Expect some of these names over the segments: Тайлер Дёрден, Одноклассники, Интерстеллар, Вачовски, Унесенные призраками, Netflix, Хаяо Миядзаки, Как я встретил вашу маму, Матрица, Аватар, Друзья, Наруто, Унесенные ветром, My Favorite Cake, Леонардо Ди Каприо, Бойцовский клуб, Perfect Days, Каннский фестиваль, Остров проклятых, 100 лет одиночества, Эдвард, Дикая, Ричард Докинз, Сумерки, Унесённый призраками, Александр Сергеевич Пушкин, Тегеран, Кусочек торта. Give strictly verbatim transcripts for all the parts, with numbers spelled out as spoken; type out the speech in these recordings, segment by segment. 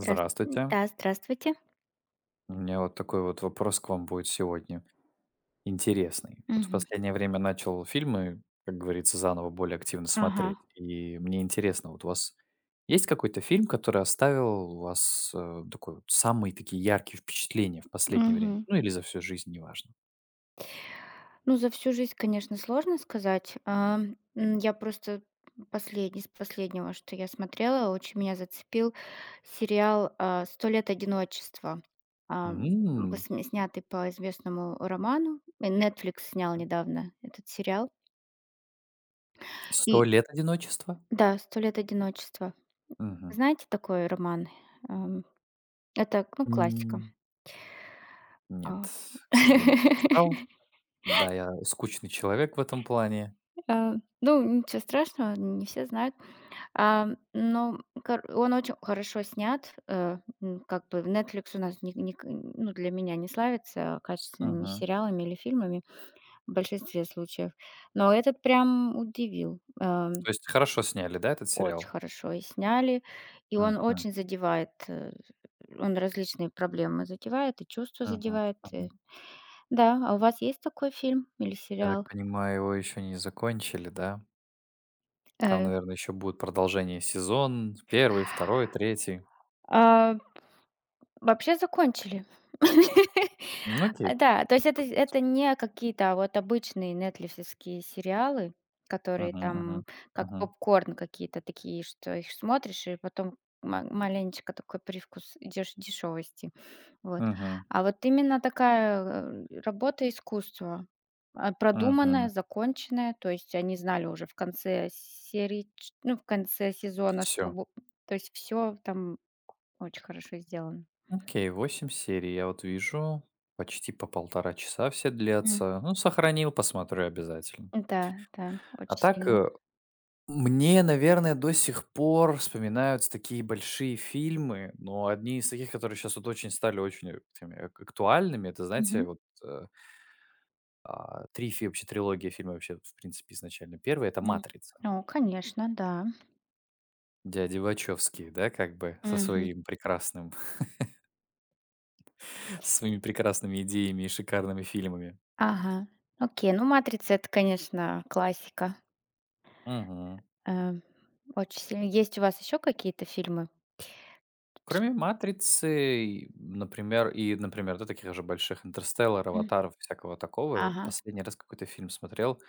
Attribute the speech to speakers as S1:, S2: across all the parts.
S1: Здравс Да, здравствуйте.
S2: У меня вот такой вот вопрос к вам будет сегодня интересный. Вот в
S1: Мгм.
S2: последнее время начал фильмы, как говорится, заново более активно
S1: Ага.
S2: смотреть. И мне интересно, вот у вас есть какой-то фильм, который оставил у вас э, такой вот самые такие яркие впечатления в последнее время?
S1: Мгм.
S2: Ну или за всю жизнь, неважно.
S1: Ну, за всю жизнь, конечно, сложно сказать. А, м, я просто последний с последнего, что я смотрела, очень меня зацепил сериал, а, "сто лет одиночества", ам, по
S2: М,
S1: сме снятый по известному роману. И Netflix снял недавно этот сериал.
S2: «Сто
S1: И
S2: лет одиночества»?
S1: да, "сто лет одиночества".
S2: Мгм.
S1: Знаете такой роман? Ам, это, ну, классика.
S2: М, Нет,
S1: А.
S2: к сожалению, не читал. Да, я скучный человек в этом плане.
S1: А, ну, ничего страшного, не все знают. А, но кор Он очень хорошо снят. Э, м, как бы Netflix у нас ник ник ну, для меня не славится качественными сериалами или фильмами в большинстве случаев. Но этот прям удивил. Эм,
S2: То есть хорошо сняли, да, этот
S1: очень
S2: сериал?
S1: хорошо и сняли, и он
S2: Мгм,
S1: очень задевает, э, он различные проблемы задевает, и чувства
S2: мгм,
S1: задевает. Э,
S2: мгм.
S1: да, а у вас есть такой фильм или
S2: Я так
S1: сериал?
S2: понимаю, его еще не закончили, да? Там,
S1: Э,
S2: наверное, еще будет продолжение сезон, первый, второй, третий.
S1: а Вообще закончили.
S2: Ну, окей.
S1: А, да, то есть это это не какие-то вот обычные "Нетфликсовские" сериалы, которые
S2: Мгм, мгм,
S1: там как
S2: мгм,
S1: попкорн какие-то такие, что их смотришь и потом ма маленечко такой привкус деш дешёвости. Вот.
S2: мгм,
S1: А вот именно такая, э, работа искусства, а,
S2: мгм.
S1: продуманная, законченная. То есть они знали уже в конце серии, ч ну, в конце сезона, что
S2: Всё.
S1: бу то есть все там очень хорошо сделано.
S2: Окей, восемь серий я вот вижу, почти по полтора часа все
S1: М.
S2: длятся. Ну, сохранил, посмотрю обязательно.
S1: Да, да,
S2: А
S1: очень
S2: так,
S1: сильно.
S2: э мне, наверное, до сих пор вспоминаются такие большие фильмы, но одни из таких, которые сейчас вот очень стали очень, э, такими ак актуальными. Это, знаете,
S1: Мгм,
S2: вот, э, а, три фи вообще трилогия фильма вообще, в принципе, изначально. Первый это
S1: м.
S2: «Матрица».
S1: Ну, конечно, да.
S2: Дяди Вачовски, да, как бы со
S1: Мгм.
S2: своим прекрасным со своими прекрасными идеями и шикарными фильмами.
S1: Ага. Окей, ну, "Матрица"- это, конечно, классика.
S2: Мгм.
S1: Э, Очень сильно. Есть у вас еще какие-то фильмы?
S2: Кроме «Матрицы», и, например и, например, да, таких же больших «Интерстеллар»,
S1: М.
S2: «Аватаров», всякого такого. И вот
S1: Ага.
S2: последний раз какой-то фильм смотрел.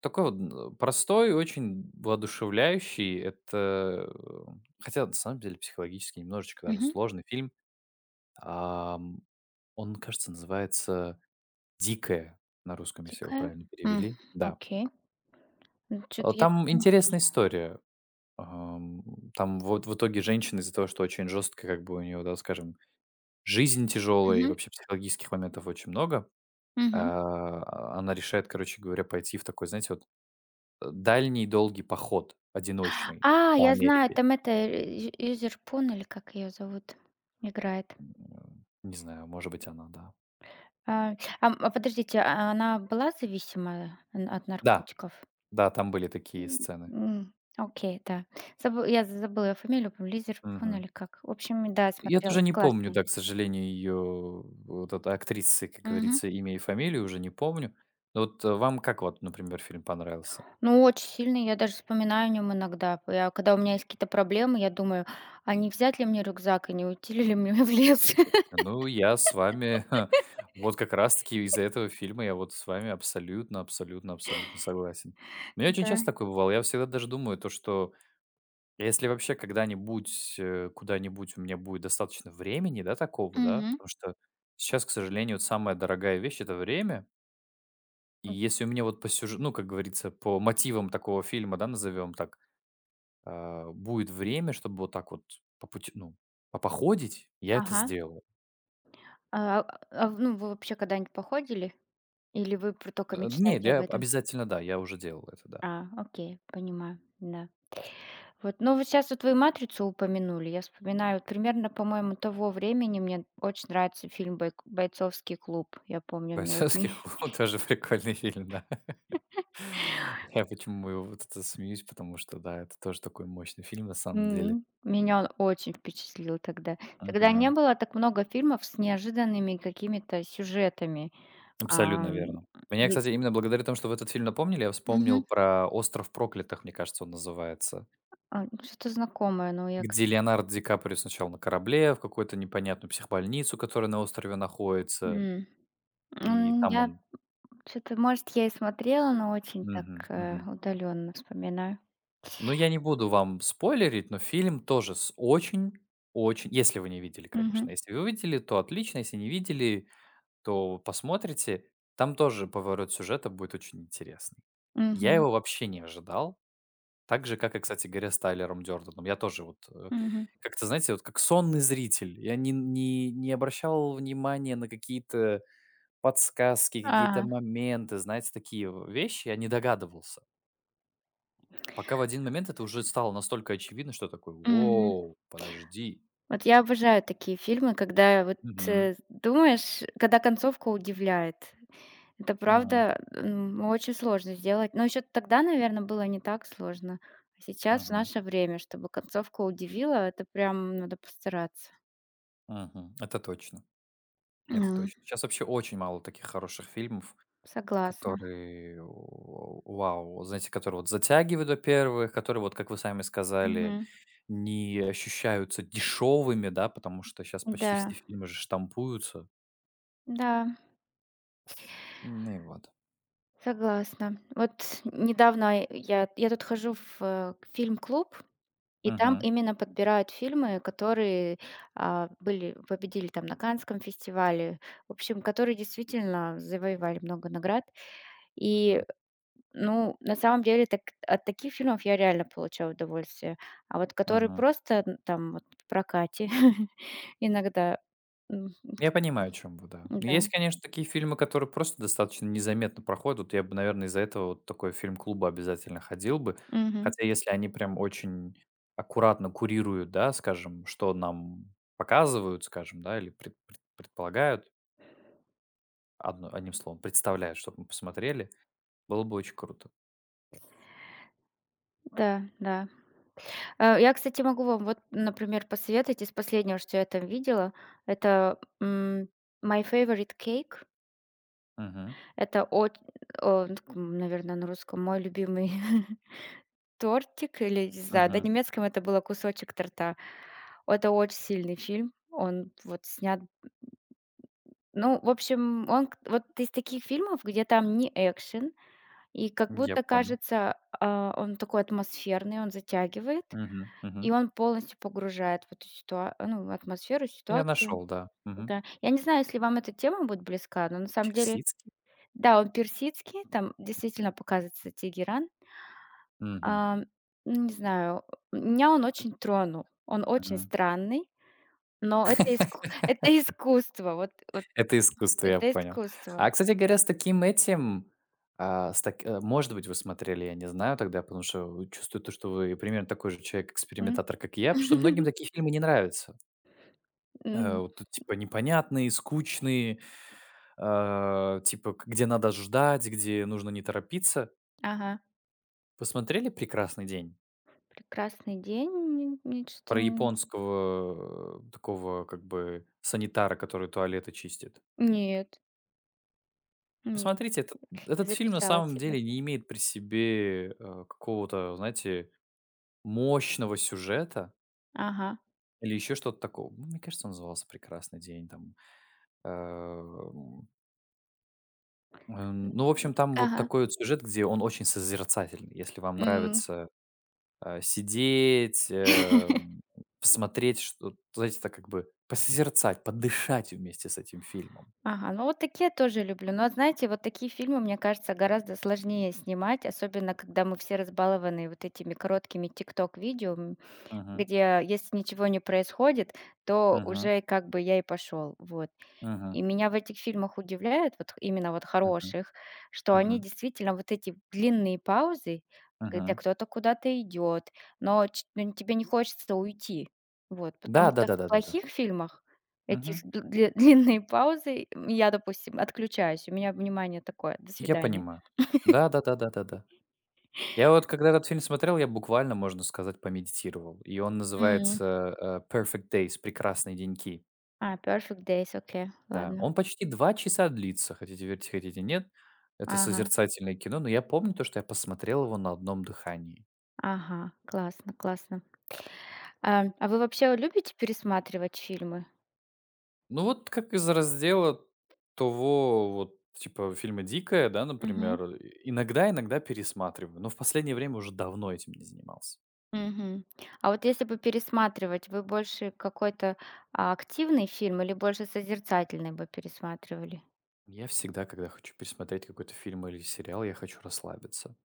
S2: Такой вот н простой, очень воодушевляющий. Это, э, хотя на самом деле психологически немножечко даже
S1: Мгм.
S2: сложный фильм. Ам, он, кажется, называется «Дикая» на русском, если его
S1: "Дикая".
S2: правильно
S1: М.
S2: перевели. Да.
S1: Окей. М, то
S2: А,
S1: я
S2: там
S1: только не
S2: интересная
S1: помню.
S2: история. Ам, там вот в итоге женщина из-за того, что очень жестко как бы у нее, да, скажем, жизнь тяжелая и
S1: Мгм,
S2: вообще психологических моментов очень много,
S1: мгм.
S2: а, а, она решает, короче говоря, пойти в такой, знаете, вот Э, дальний долгий поход одиночный
S1: А,
S2: по
S1: я знаю,
S2: Америке.
S1: там это, э, Ю Юзерпун или как ее зовут, играет.
S2: М, не знаю, может быть, она, да.
S1: А, ам, а подождите, а она была зависима э, н от
S2: Да,
S1: наркотиков?
S2: да, там были такие
S1: М,
S2: сцены.
S1: м, окей, да. Забы Я забыла её фамилию, по Лизер фон
S2: Мгм.
S1: или как. В общем, да,
S2: Я
S1: смотрела,
S2: тоже не
S1: очень
S2: помню,
S1: классный.
S2: да, к сожалению, ее вот этой актрисы, как
S1: Мгм.
S2: говорится, имя и фамилию уже не помню. Но вот, э, вам как вот, например, фильм понравился?
S1: Ну, очень сильный, я даже вспоминаю о нём иногда. Я когда у меня есть какие-то проблемы, я думаю: "А не взять ли мне рюкзак и не уйти ли мне в лес?"
S2: Слушайте, ну, я с вами вот как раз таки из-за этого фильма я вот с вами абсолютно абсолютно абсолютно согласен. У меня очень
S1: Да.
S2: часто такое бывало. Я всегда даже думаю то, что. А если вообще когда-нибудь, э, куда-нибудь у меня будет достаточно времени, да, такого, да,
S1: Мгм.
S2: потому что сейчас, к сожалению, вот самая дорогая вещь — это время. И если у меня вот по сюже ну, как говорится, по мотивам такого фильма, да, назовем так, а, будет время, чтобы вот так вот по пути, ну, попоходить, я это
S1: Ага.
S2: сделаю.
S1: А, а, в Ну, вы вообще когда-нибудь походили? Или вы пр только
S2: Э, нет,
S1: мечтаете
S2: я
S1: об этом?
S2: обязательно, да, я уже делал это, да.
S1: А, окей, понимаю, да. Вот, ну вот сейчас вот вы "Матрицу" упомянули. Я вспоминаю, вот примерно, по-моему, того времени мне очень нравится фильм бой "Бойцовский клуб". Я помню, мне очень
S2: «Бойцовский клуб» тоже прикольный фильм, да. Я почему его вот это смеюсь, потому что, да, это тоже такой мощный фильм на самом деле.
S1: Мгм. Меня он очень впечатлил тогда. Тогда не
S2: Мгм.
S1: было так много фильмов с неожиданными какими-то сюжетами.
S2: Абсолютно
S1: Ам,
S2: верно. Меня,
S1: и
S2: кстати, именно благодаря тому, что вы этот фильм напомнили, я вспомнил
S1: Мгм.
S2: про «Остров проклятых», мне кажется, он называется,
S1: А, что-то знакомое, но я к.
S2: где Леонардо Ди Каприо сначала на корабле в какую-то непонятную психбольницу, которая на острове находится,
S1: М.
S2: и
S1: М,
S2: там
S1: я
S2: он.
S1: чё-то, может, я и смотрела, но очень так,
S2: Мгм,
S1: э,
S2: мгм.
S1: удаленно вспоминаю.
S2: Ну, я не буду вам спойлерить, но фильм тоже с очень, очень если вы не видели, конечно.
S1: Мгм.
S2: Если вы видели, то отлично, если не видели, то посмотрите. Там тоже поворот сюжета будет очень интересный. Я
S1: Мгм.
S2: его вообще не ожидал. Так же, как и, кстати говоря, с Тайлером Дёрденом. Я тоже вот, э,
S1: Мгм.
S2: как-то, знаете, вот как сонный зритель. Я не не не обращал внимания на какие-то подсказки, какие-то
S1: Ага.
S2: моменты, знаете, такие в вещи. Я не догадывался. Пока в один момент это уже стало настолько очевидно, что такой:
S1: Мгм.
S2: «Воу, подожди».
S1: Вот я обожаю такие фильмы, когда вот,
S2: Мгм.
S1: э, думаешь, когда концовка удивляет. Это
S2: Мгм.
S1: правда, м, очень сложно сделать. Но еще тогда, наверное, было не так сложно. А сейчас, в
S2: Мгм.
S1: наше время, чтобы концовка удивила, это прям надо постараться.
S2: Мгм. Это точно. Это
S1: М,
S2: точно. Сейчас вообще очень мало таких хороших фильмов.
S1: Согласна.
S2: Который, в вау, вот знаете, который вот затягивает, во-первых, которые, вот как вы сами сказали,
S1: Мгм.
S2: не ощущаются дешевыми, да, потому что сейчас почти все
S1: Да,
S2: фильмы же штампуются.
S1: да,
S2: Ну и вот.
S1: согласна. Вот недавно я я тут хожу в, э, фильм-клуб. И там
S2: Мгм,
S1: именно подбирают фильмы, которые, а, были победили там на Каннском фестивале. В общем, которые действительно завоевали много наград. И,
S2: мгм,
S1: ну, на самом деле, так от таких фильмов я реально получаю удовольствие. А вот которые
S2: мгм.
S1: просто, н там вот в прокате иногда, м,
S2: Я понимаю, о чём вы, да. Есть,
S1: да.
S2: конечно, такие фильмы, которые просто достаточно незаметно проходят. Вот я бы, наверное, из-за этого вот такой фильм клуба обязательно ходил бы.
S1: Мгм.
S2: Хотя если они прям очень аккуратно курируют, да, скажем, что нам показывают, скажем, да, или пред пред предполагают, одно одним словом, представляют, чтобы мы посмотрели, было бы очень круто.
S1: Да, да. А, я, кстати, могу вам вот, например, посоветовать из последнего, что я там видела. Это, м, "My Favorite Cake".
S2: Мгм,
S1: Это от Наверное, на русском мой любимый тортик или, не знаю, на
S2: мгм.
S1: немецком это было "Кусочек торта". Это очень сильный фильм. Он вот снят, ну, в общем, он к вот из таких фильмов, где там не экшен, и как
S2: Я
S1: будто
S2: понял.
S1: кажется, а, он такой атмосферный, он затягивает,
S2: Мгм, мгм.
S1: и он полностью погружает в эту ситуа ну, атмосферу,
S2: Я
S1: ситуацию.
S2: нашел, да. Мгм.
S1: Да. Я не знаю, если вам эта тема будет близка, но на самом деле,
S2: Персидский?
S1: да, он персидский, там действительно показывается Тегеран.
S2: Мгм,
S1: Ам, ну, не знаю, меня он очень тронул. Он очень
S2: мгм.
S1: странный, но это иску это искусство, вот вот
S2: Это искусство, я
S1: это
S2: понял.
S1: искусство.
S2: А, кстати говоря, с таким этим, а, с так э, может быть, вы смотрели, я не знаю тогда, потому что, э, чувствую то, что вы примерно такой же
S1: М.
S2: человек-экспериментатор, как и я, потому что многим такие фильмы не нравятся. Э,
S1: М.
S2: вот тут типа непонятные, скучные, а, типа к где надо ждать, где нужно не торопиться.
S1: Ага.
S2: Вы смотрели «Прекрасный день»?
S1: "Прекрасный день", мне мне чё-то
S2: Про
S1: н
S2: японского, э, такого как бы санитара, который туалеты чистит.
S1: нет, нет.
S2: Посмотрите, этот
S1: Я
S2: этот фильм на
S1: записала
S2: самом
S1: себе.
S2: деле не имеет при себе, э, какого-то, знаете, мощного сюжета
S1: Ага,
S2: или еще что-то такого. Ну, мне кажется, он назывался «Прекрасный день», там, эм, эм, ну, в общем, там вот
S1: ага,
S2: такой вот сюжет, где он очень созерцательный. Если вам
S1: м.
S2: нравится, э, сидеть, эм, посмотреть, что знаете, так как бы посозерцать, подышать вместе с этим фильмом.
S1: Ага, ну, вот такие я тоже люблю. Но, знаете, вот такие фильмы, мне кажется, гораздо сложнее снимать, особенно когда мы все разбалованы вот этими короткими "Тикток" видео.
S2: Мгм,
S1: Где если ничего не происходит, то
S2: мгм,
S1: уже как бы я и пошел. Вот.
S2: мгм,
S1: И меня в этих фильмах удивляет, вот именно вот
S2: мгм,
S1: хороших, что они
S2: мгм,
S1: действительно вот эти длинные паузы, когда
S2: мгм.
S1: кто-то куда-то идет, но ч но тебе не хочется уйти. Вот.
S2: Да
S1: Потому
S2: да
S1: что
S2: да
S1: в
S2: да да да.
S1: плохих фильмах эти
S2: Мгм.
S1: с д дли длинные паузы, м, я, допустим, отключаюсь, у меня внимание такое: "До
S2: Я
S1: свидания".
S2: понимаю. Да, да, да, да, да, да. Я вот когда этот фильм смотрел, я буквально, можно сказать, помедитировал. И он
S1: М.
S2: называется э, Perfect Days, прекрасные деньки.
S1: А, Perfect Days, окей,
S2: Да,
S1: ладно.
S2: он почти два часа длится, хотите верьте, хотите нет. Это
S1: Ага,
S2: созерцательное кино, но я помню то, что я посмотрел его на одном дыхании.
S1: ага, классно, классно. А, а вы вообще любите пересматривать фильмы?
S2: Ну вот как из раздела того вот типа фильма «Дикая», да,
S1: Мгм.
S2: например, иногда иногда пересматриваю, но в последнее время уже давно этим не занимался.
S1: Мгм. А вот если бы пересматривать, вы больше какой-то, а, активный фильм или больше созерцательный бы пересматривали?
S2: Я всегда, когда хочу пересмотреть какой-то фильм или сериал, я хочу расслабиться.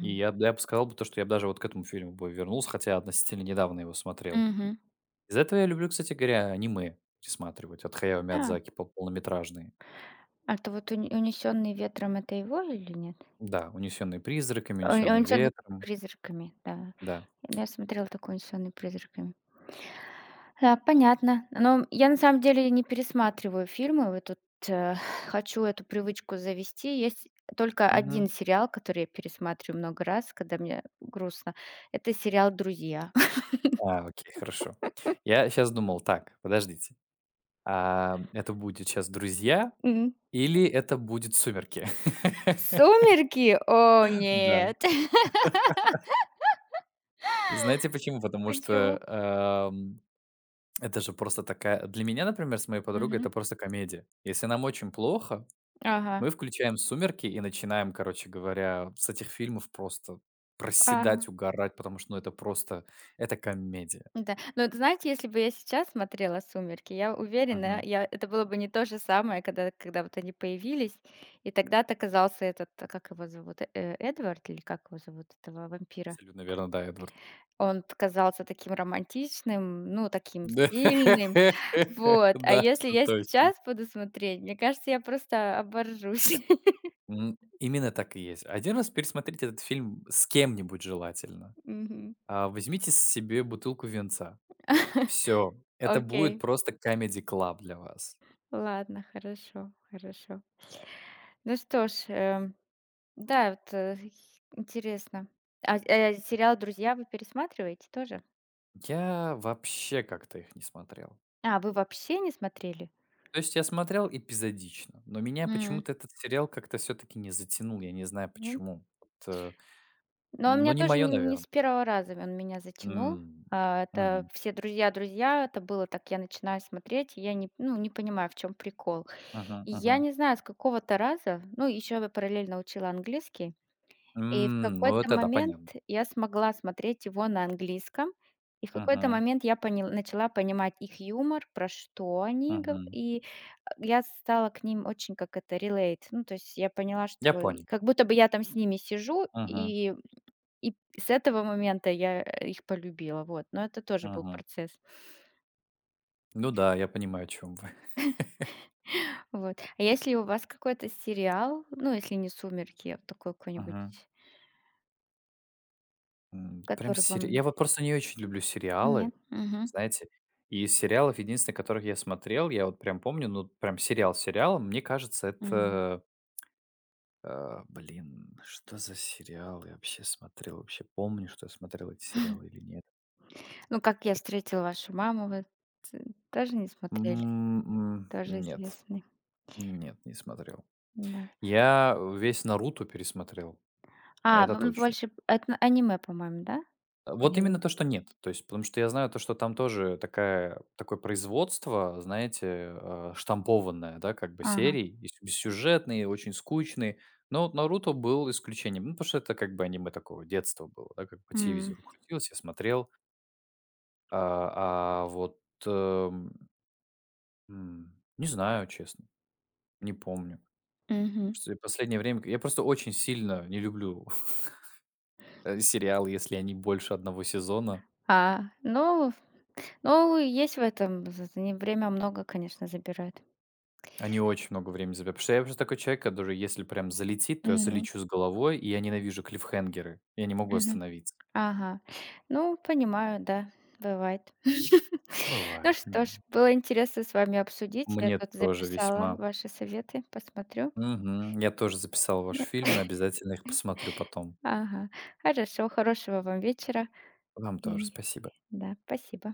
S2: И я, б- я бы сказал бы то, что я бы даже вот к этому фильму бы вернулся, хотя относительно недавно его смотрел.
S1: Мгм.
S2: Из-за этого я люблю, кстати говоря, аниме пересматривать от Хаяо
S1: А,
S2: Миядзаки по полнометражные.
S1: а то вот унесенный ветром"- это его или нет?
S2: Да, «Унесенные призраками»,
S1: Ой,
S2: «Унесенные
S1: "Унесённый
S2: ветром»,
S1: призраками", да.
S2: да.
S1: Я смотрела такой унесенный призраками". Да, понятно. Но я на самом деле не пересматриваю фильмы. Вот тут э, хочу эту привычку завести. Есть только
S2: Мгм.
S1: один сериал, который я пересматриваю много раз, когда мне грустно. Это сериал «Друзья».
S2: А, окей, хорошо. Я сейчас думал, так, подождите, а это будет сейчас «Друзья»
S1: М.
S2: или это будет «Сумерки»?
S1: Сумерки? О,
S2: Да.
S1: нет.
S2: Знаете почему? Потому
S1: Почему?
S2: что это же просто такая для меня, например, с моей подругой,
S1: Мгм.
S2: это просто комедия. Если нам очень плохо,
S1: Ага.
S2: мы включаем «Сумерки» и начинаем, короче говоря, с этих фильмов просто проседать,
S1: Ага.
S2: угорать, потому что, ну, это просто это комедия.
S1: Да. Но вот знаете, если бы я сейчас смотрела "Сумерки", я уверена,
S2: Мгм.
S1: я это было бы не то же самое, когда когда вот они появились, и тогда-то оказался этот, а как его зовут, э, э, Эдвард или как его зовут, этого вампира?
S2: Абсолютно верно, да, Эдвард.
S1: Он казался таким романтичным, ну, таким
S2: Да.
S1: стильным. Вот. А
S2: Да,
S1: если
S2: это
S1: я
S2: точно.
S1: сейчас буду смотреть, мне кажется, я просто оборжусь.
S2: М, именно так и есть. Один раз пересмотрите этот фильм с кем-нибудь желательно.
S1: Мгм.
S2: А, возьмите с себе бутылку винца. Все, это
S1: Окей.
S2: будет просто comedy club для вас.
S1: Ладно, хорошо, хорошо. Ну что ж, эм да, вот, э, интересно. А, э, сериал "Друзья" вы пересматриваете тоже?
S2: Я вообще как-то их не смотрел.
S1: А, вы вообще не смотрели?
S2: То есть я смотрел эпизодично, но меня
S1: М,
S2: почему-то этот сериал как-то все-таки не затянул. Я не знаю
S1: нет?
S2: почему. Вот, э,
S1: Но он
S2: ну,
S1: меня
S2: не
S1: тоже
S2: мое,
S1: не не с
S2: наверное.
S1: первого раза он меня затянул.
S2: М,
S1: А, это
S2: мгм,
S1: все "Друзья, друзья", это было так, я начинаю смотреть, и я не ну, не понимаю, в чем прикол.
S2: мгм,
S1: И
S2: мгм.
S1: я не знаю, с какого-то раза, ну, еще я параллельно учила английский. И в
S2: М, Ну,
S1: какой-то
S2: это да,
S1: момент
S2: понятно.
S1: я смогла смотреть его на английском, и в какой-то
S2: Мгм,
S1: момент я понил начала понимать их юмор, про что они гов
S2: мгм.
S1: и, а, я стала к ним очень как это relate. Ну, то есть я поняла,
S2: Я
S1: что и
S2: понял.
S1: как будто бы я там с ними сижу,
S2: Мгм,
S1: и и с этого момента я, э, их полюбила, вот. Но это тоже был
S2: мгм.
S1: процесс.
S2: Ну да, я понимаю, о чем вы.
S1: Вот. А если у вас какой-то сериал, ну, если не "Сумерки", а такой какой-нибудь,
S2: М, прям
S1: который
S2: сери
S1: вам.
S2: я вот просто не очень люблю сериалы,
S1: Нет? Мгм.
S2: знаете. И из сериалов единственное, которых я смотрел, я вот прям помню, ну, прям сериал сериал. Мне кажется,
S1: Мгм.
S2: это, э, блин, что за сериал я вообще смотрел? Вообще помню, что я смотрел эти сериалы или нет?
S1: Ну, "Как я встретил вашу маму", вы т тоже не смотрели?
S2: М, м,
S1: Тоже
S2: нет,
S1: известный,
S2: нет, не смотрел.
S1: да.
S2: Я весь «Наруто» пересмотрел,
S1: А,
S2: это
S1: вам
S2: точно.
S1: больше это аниме, по-моему, да?
S2: А, вот
S1: Или
S2: именно
S1: нет?
S2: то, что нет. То есть, потому что я знаю то, что там тоже такая такое производство, знаете, э, штампованное, да, как бы
S1: Ага,
S2: серий, и с бессюжетные, очень скучные. Но вот «Наруто» был исключением. Ну, потому что это как бы аниме такого детства было, да, как по
S1: м,
S2: телевизору крутилось, я смотрел. А, а вот, эм, м, не знаю, честно, не помню.
S1: мгм.
S2: Что я последнее время я просто очень сильно не люблю, э, сериалы, если они больше одного сезона.
S1: А, ну ну, есть в этом з з время много, конечно, забирает.
S2: Они очень много времени забирают. Потому что я просто такой человек, который, если прям залетит, то я
S1: Мгм,
S2: залечу с головой, и я ненавижу клиффхенгеры. Я не могу
S1: мгм.
S2: остановиться.
S1: Ага. Ну, понимаю, да, бывает. Ну
S2: Бывает.
S1: что ж,
S2: Понимаю.
S1: было интересно с вами обсудить. Я
S2: Мне
S1: тут
S2: тоже
S1: записала
S2: весьма.
S1: ваши советы, посмотрю.
S2: Мгм. Я тоже записал ваши фильмы, обязательно их посмотрю потом.
S1: Ага, хорошо, хорошего вам вечера.
S2: Вам тоже
S1: И
S2: спасибо.
S1: да, спасибо.